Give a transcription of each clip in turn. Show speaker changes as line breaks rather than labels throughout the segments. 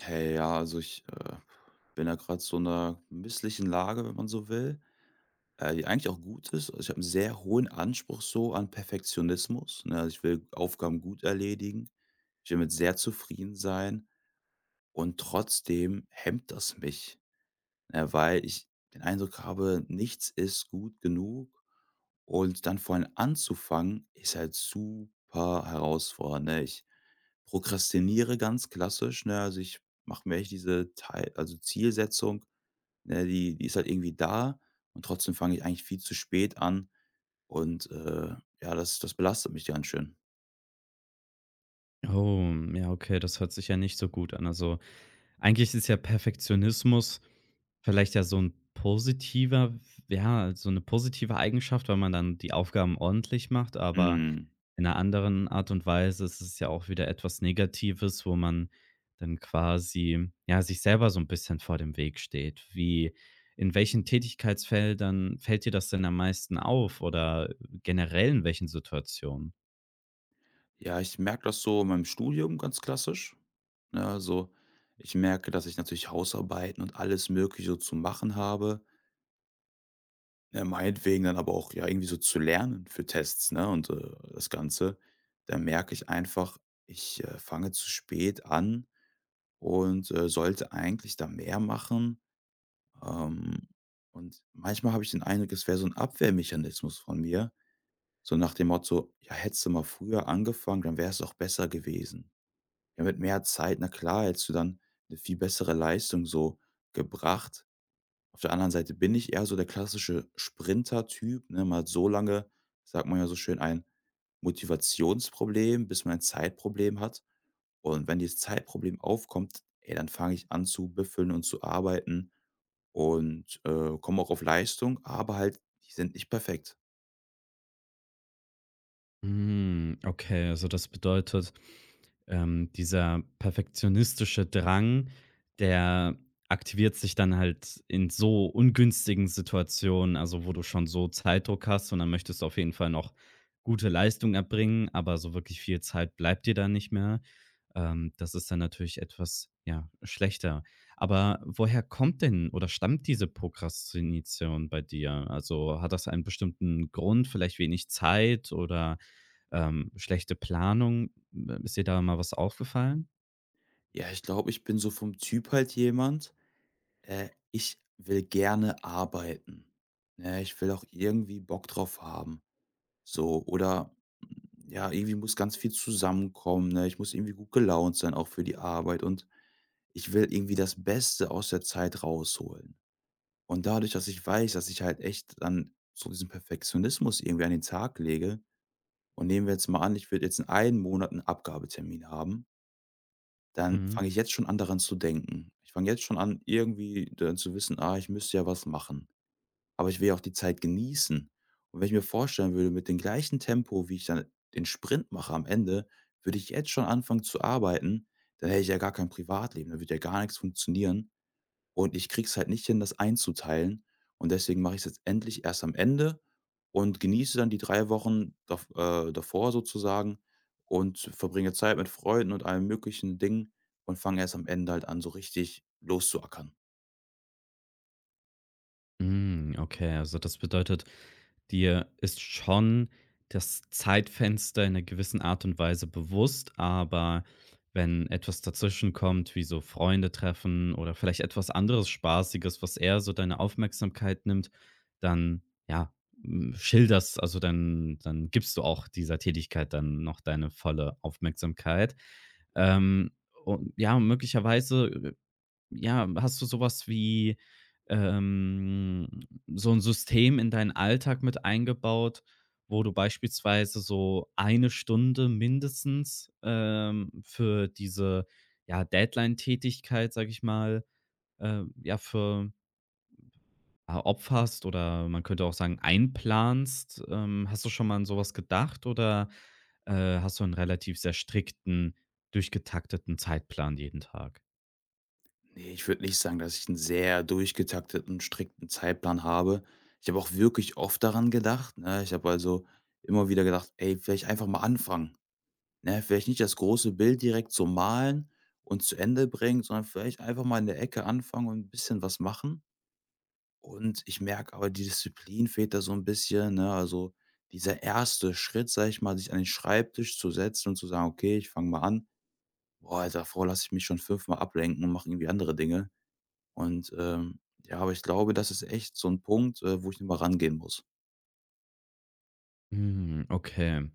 Hey, ja, also ich bin da gerade so in einer misslichen Lage, wenn man so will, die eigentlich auch gut ist. Also, ich habe einen sehr hohen Anspruch so an Perfektionismus, ne? Also, ich will Aufgaben gut erledigen. Ich will mit sehr zufrieden sein und trotzdem hemmt das mich, ne, weil ich den Eindruck habe, nichts ist gut genug und dann vor allem anzufangen, ist halt super herausfordernd, ne? Ich prokrastiniere ganz klassisch, ne? Also, ich mache mir echt diese Zielsetzung, ne, die ist halt irgendwie da und trotzdem fange ich eigentlich viel zu spät an und, ja, das belastet mich ganz schön.
Oh, ja, okay, das hört sich ja nicht so gut an. Also, eigentlich ist ja Perfektionismus vielleicht ja so eine positive Eigenschaft, weil man dann die Aufgaben ordentlich macht, aber
Mhm.
in einer anderen Art und Weise ist es ja auch wieder etwas Negatives, wo man dann quasi, ja, sich selber so ein bisschen vor dem Weg steht. Wie in welchen Tätigkeitsfeldern fällt dir das denn am meisten auf oder generell in welchen Situationen?
Ja, ich merke das so in meinem Studium ganz klassisch, ne? Also, ich merke, dass ich natürlich Hausarbeiten und alles Mögliche so zu machen habe. Ja, meinetwegen dann aber auch, ja, irgendwie so zu lernen für Tests, ne, und, das Ganze. Da merke ich einfach, ich, fange zu spät an und, sollte eigentlich da mehr machen. Ähm, und manchmal habe ich den Eindruck, es wäre so ein Abwehrmechanismus von mir, so nach dem Motto: „Ja, hättest du mal früher angefangen, dann wäre es auch besser gewesen. Ja, mit mehr Zeit, na klar, hättest du dann eine viel bessere Leistung so gebracht.“ Auf der anderen Seite bin ich eher so der klassische Sprinter-Typ, ne? Man hat so lange, sagt man ja so schön, ein Motivationsproblem, bis man ein Zeitproblem hat. Und wenn dieses Zeitproblem aufkommt, ey, dann fange ich an zu büffeln und zu arbeiten und komme auch auf Leistung, aber halt, die sind nicht perfekt.
Hm, okay, also das bedeutet, dieser perfektionistische Drang, der aktiviert sich dann halt in so ungünstigen Situationen, also wo du schon so Zeitdruck hast und dann möchtest du auf jeden Fall noch gute Leistung erbringen, aber so wirklich viel Zeit bleibt dir da nicht mehr. Das ist dann natürlich etwas, ja, schlechter. Aber woher kommt denn oder stammt diese Prokrastination bei dir? Also hat das einen bestimmten Grund, vielleicht wenig Zeit oder schlechte Planung. Ist dir da mal was aufgefallen?
Ja, ich glaube, ich bin so vom Typ halt jemand, ich will gerne arbeiten. Ne? Ich will auch irgendwie Bock drauf haben. So, oder ja, irgendwie muss ganz viel zusammenkommen, ne? Ich muss irgendwie gut gelaunt sein, auch für die Arbeit und ich will irgendwie das Beste aus der Zeit rausholen. Und dadurch, dass ich weiß, dass ich halt echt dann so diesen Perfektionismus irgendwie an den Tag lege und nehmen wir jetzt mal an, ich würde jetzt in einem Monat 'n Abgabetermin haben, dann
Mhm.
fange ich jetzt schon an, daran zu denken. Ich fange jetzt schon an, irgendwie dann zu wissen: „Ah, ich müsste ja was machen.“ Aber ich will ja auch die Zeit genießen. Und wenn ich mir vorstellen würde, mit dem gleichen Tempo, wie ich dann den Sprint mache am Ende, würde ich jetzt schon anfangen zu arbeiten, dann hätte ich ja gar kein Privatleben, dann würde ja gar nichts funktionieren. Und ich kriege es halt nicht hin, das einzuteilen. Und deswegen mache ich es jetzt endlich erst am Ende und genieße dann die 3 Wochen davor sozusagen und verbringe Zeit mit Freunden und allen möglichen Dingen und fange erst am Ende halt an, so richtig loszuackern.
Hm, okay, also das bedeutet, dir ist schon das Zeitfenster in einer gewissen Art und Weise bewusst, aber wenn etwas dazwischen kommt, wie so Freunde treffen oder vielleicht etwas anderes Spaßiges, was eher so deine Aufmerksamkeit nimmt, dann, ja, schilderst also dann gibst du auch dieser Tätigkeit dann noch deine volle Aufmerksamkeit. Ähm, und ja, möglicherweise ja, hast du sowas wie, ähm, so ein System in deinen Alltag mit eingebaut, wo du beispielsweise so eine Stunde mindestens, für diese, ja, Deadline-Tätigkeit, sage ich mal, ja, opferst oder man könnte auch sagen, einplanst? Hast du schon mal an sowas gedacht oder, äh, hast du einen relativ sehr strikten, durchgetakteten Zeitplan jeden Tag?
Ne, ich würde nicht sagen, dass ich einen sehr durchgetakteten, strikten Zeitplan habe. Ich habe auch wirklich oft daran gedacht, ne? Ich habe also immer wieder gedacht: „Ey, vielleicht einfach mal anfangen“, ne? Vielleicht nicht das große Bild direkt so malen und zu Ende bringen, sondern vielleicht einfach mal in der Ecke anfangen und ein bisschen was machen. Und ich merke aber, die Disziplin fehlt da so ein bisschen, ne? Also, dieser erste Schritt, sag ich mal, sich an den Schreibtisch zu setzen und zu sagen: „Okay, ich fange mal an. Boah, davor lasse ich mich schon fünfmal ablenken und mache irgendwie andere Dinge.“ Und, ja, aber ich glaube, das ist echt so 'n Punkt, wo ich noch mal rangehen muss.
Mhm, okay.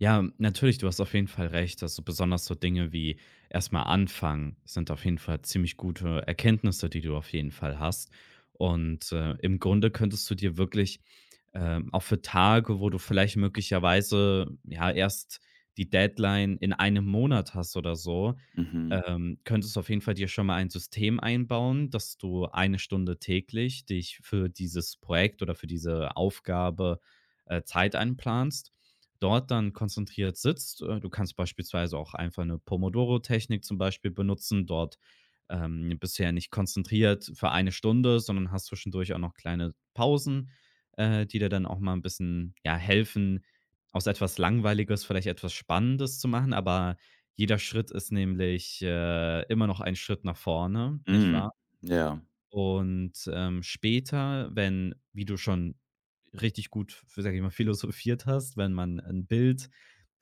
Ja, natürlich, du hast auf jeden Fall recht. Also besonders so Dinge wie erstmal anfangen sind auf jeden Fall ziemlich gute Erkenntnisse, die du auf jeden Fall hast. Und im Grunde könntest du dir wirklich, auch für Tage, wo du vielleicht möglicherweise, ja, erst die Deadline in einem Monat hast oder so,
Mhm.
könntest auf jeden Fall dir schon mal ein System einbauen, dass du eine Stunde täglich dich für dieses Projekt oder für diese Aufgabe, Zeit einplanst, dort dann konzentriert sitzt. Du kannst beispielsweise auch einfach eine Pomodoro-Technik zum Beispiel benutzen. Dort, bist ja nicht konzentriert für eine Stunde, sondern hast zwischendurch auch noch kleine Pausen, die dir dann auch mal ein bisschen, ja, helfen, aus etwas Langweiliges vielleicht etwas Spannendes zu machen, aber jeder Schritt ist nämlich, immer noch ein Schritt nach vorne, nicht
Mhm.
wahr?
Ja.
Und später, wenn wie du schon richtig gut, f sage ich mal, philosophiert hast, wenn man ein Bild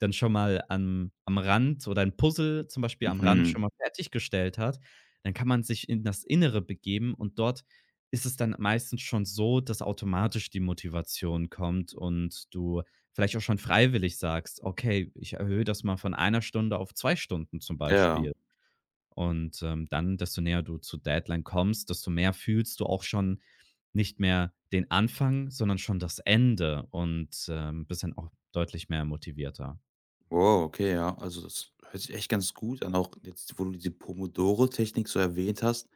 dann schon mal am Rand oder ein Puzzle zum Beispiel am Rand
Mhm.
schon mal fertiggestellt hat, dann kann man sich in das Innere begeben und dort ist es dann meistens schon so, dass automatisch die Motivation kommt und du vielleicht auch schon freiwillig sagst: „Okay, ich erhöhe das mal von einer Stunde auf 2 Stunden“ zum
Ja.
Beispiel. Und dann, desto näher du zur Deadline kommst, desto mehr fühlst du auch schon nicht mehr den Anfang, sondern schon das Ende und, bist dann auch deutlich mehr motivierter.
Wow, okay, ja. Also, das hört sich echt ganz gut an, auch jetzt, wo du diese Pomodoro-Technik so erwähnt hast.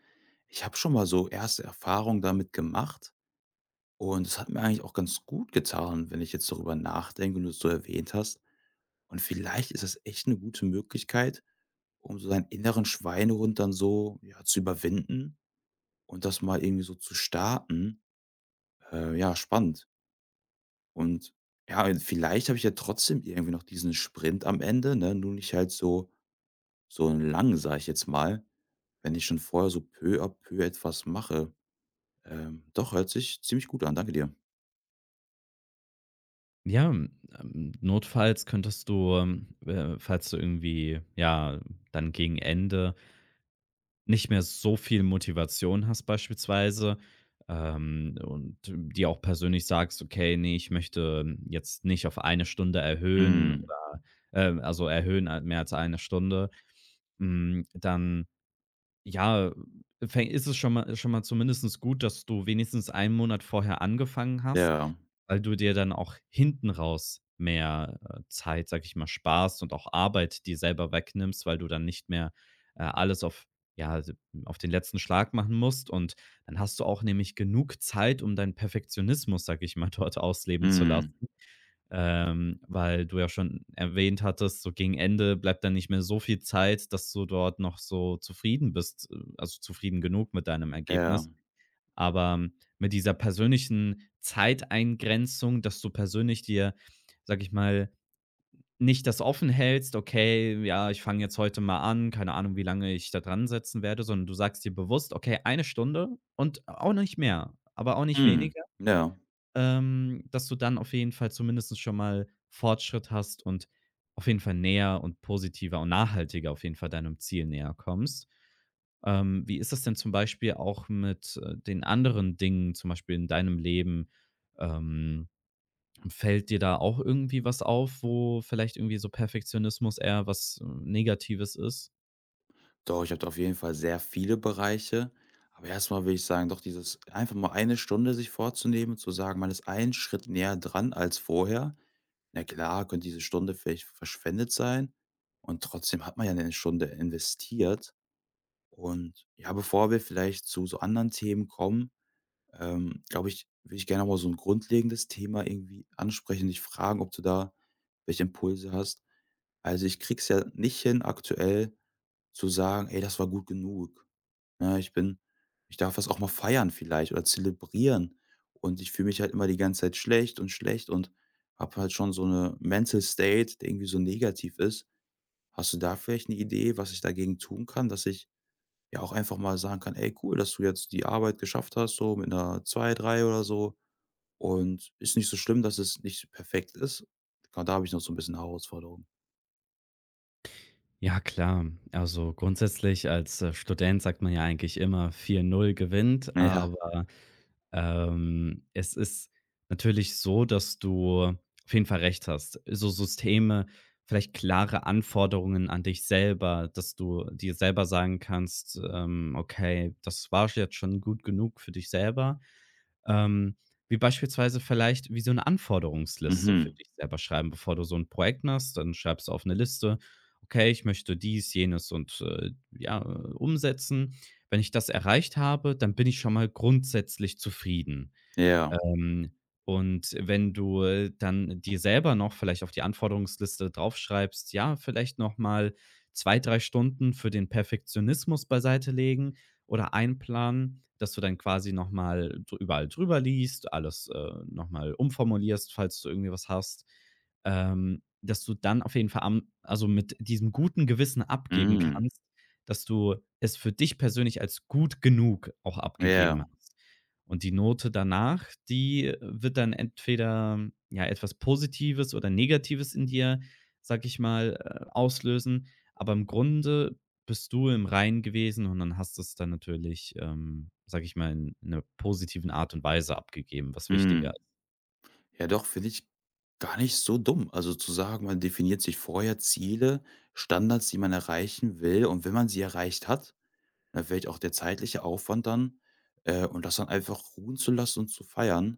Ich habe schon mal so erste Erfahrungen damit gemacht und es hat mir eigentlich auch ganz gut getan, wenn ich jetzt darüber nachdenke und du es so erwähnt hast. Und vielleicht ist das echt 'ne gute Möglichkeit, um so deinen inneren Schweinehund dann so, ja, zu überwinden und das mal irgendwie so zu starten, ja, spannend. Und ja, vielleicht habe ich ja trotzdem irgendwie noch diesen Sprint am Ende, ne? Nur nicht halt so, so lang, sage ich jetzt mal, wenn ich schon vorher so peu à peu etwas mache. Doch, hört sich ziemlich gut an. Danke dir.
Ja, notfalls könntest du, falls du irgendwie, ja, dann gegen Ende nicht mehr so viel Motivation hast beispielsweise, und dir auch persönlich sagst: „Okay, ne, ich möchte jetzt nicht auf eine Stunde erhöhen
Mhm.
oder, also erhöhen a mehr als eine Stunde“, dann, ja, fäng ist es schon mal zumindest gut, dass du wenigstens einen Monat vorher angefangen hast,
Ja.
weil du dir dann auch hinten raus mehr, Zeit, sag ich mal, sparst und auch Arbeit dir selber wegnimmst, weil du dann nicht mehr, alles auf ja, d auf den letzten Schlag machen musst und dann hast du auch nämlich genug Zeit, um deinen Perfektionismus, sag ich mal, dort ausleben zu lassen.
Mhm.
Weil du ja schon erwähnt hattest, so gegen Ende bleibt dann nicht mehr so viel Zeit, dass du dort noch so zufrieden bist, also zufrieden genug mit deinem
Ja.
Ergebnis. Aber mit dieser persönlichen Zeiteingrenzung, dass du persönlich dir, sage ich mal, nicht das offen hältst: „Okay, ja, ich fange jetzt heute mal an, keine Ahnung, wie lange ich da dran setzen werde“, sondern du sagst dir bewusst: „Okay, eine Stunde und auch nicht mehr, aber auch nicht
Mhm.
weniger.“
Ja.
Dass du dann auf jeden Fall zumindest schon mal Fortschritt hast und auf jeden Fall näher und positiver und nachhaltiger auf jeden Fall deinem Ziel näher kommst. Wie ist das denn zum Beispiel auch mit den anderen Dingen, zum Beispiel in deinem Leben? Ähm, fällt dir da auch irgendwie was auf, wo vielleicht irgendwie so Perfektionismus eher was Negatives ist?
Doch, ich habe da auf jeden Fall sehr viele Bereiche. Aber erstmal will ich sagen, doch dieses einfach mal eine Stunde sich vorzunehmen und zu sagen, man ist einen Schritt näher dran als vorher. Na klar, könnte diese Stunde vielleicht verschwendet sein und trotzdem hat man ja eine Stunde investiert. Und ja, bevor wir vielleicht zu so anderen Themen kommen, glaube ich, will ich gerne noch mal so ein grundlegendes Thema irgendwie ansprechen, dich fragen, ob du da welche Impulse hast. Also, ich kriege es ja nicht hin aktuell zu sagen: „Ey, das war gut genug. Ne, ich bin ich darf das auch mal feiern vielleicht oder zelebrieren.“ Und ich fühle mich halt immer die ganze Zeit schlecht und schlecht und habe halt schon so eine Mental State, der irgendwie so negativ ist. Hast du da vielleicht eine Idee, was ich dagegen tun kann, dass ich ja auch einfach mal sagen kann: „Ey, cool, dass du jetzt die Arbeit geschafft hast, so mit 'ner 2 3 oder so. Und ist nicht so schlimm, dass es nicht perfekt ist.“ Genau, da habe ich noch so ein bisschen Herausforderung.
Ja, klar. Also grundsätzlich als, Student sagt man ja eigentlich immer 4:0 gewinnt,
Ja.
aber, es ist natürlich so, dass du auf jeden Fall recht hast. So Systeme, vielleicht klare Anforderungen an dich selber, dass du dir selber sagen kannst: „Okay, das war jetzt schon gut genug für dich selber.“ ähm, Wie beispielsweise vielleicht wie so eine Anforderungsliste für
Mhm.
dich selber schreiben, bevor du so ein Projekt machst, dann schreibst du auf eine Liste: „Okay, ich möchte dies, jenes und, ja, umsetzen. Wenn ich das erreicht habe, dann bin ich schon mal grundsätzlich zufrieden.“
Ja.
ähm, und wenn du, dann dir selber noch vielleicht auf die Anforderungsliste draufschreibst, ja, vielleicht noch mal 2 3 Stunden für den Perfektionismus beiseite legen oder einplanen, dass du dann quasi noch mal drü überall drüber liest, alles, noch mal umformulierst, falls du irgendwie was hast, dass du dann auf jeden Fall am also, mit diesem guten Gewissen abgeben
Mhm.
kannst, dass du es für dich persönlich als gut genug auch abgegeben
Ja.
hast. Und die Note danach, die wird dann entweder, ja, etwas Positives oder Negatives in dir, sage ich mal, auslösen. Aber im Grunde bist du im Reinen gewesen und dann hast du es dann natürlich, sage ich mal, in einer positiven Art und Weise abgegeben, was wichtiger
Mhm.
ist.
Ja doch, finde ich gar nicht so dumm. Also zu sagen, man definiert sich vorher Ziele, Standards, die man erreichen will und wenn man sie erreicht hat, dann vielleicht auch der zeitliche Aufwand dann, und das dann einfach ruhen zu lassen und zu feiern.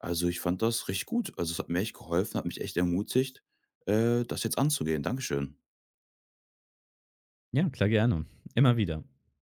Also, ich fand das richtig gut. Also, es hat mir echt geholfen, hat mich echt ermutigt, das jetzt anzugehen. Dankeschön.
Ja, klar, gerne. Immer wieder.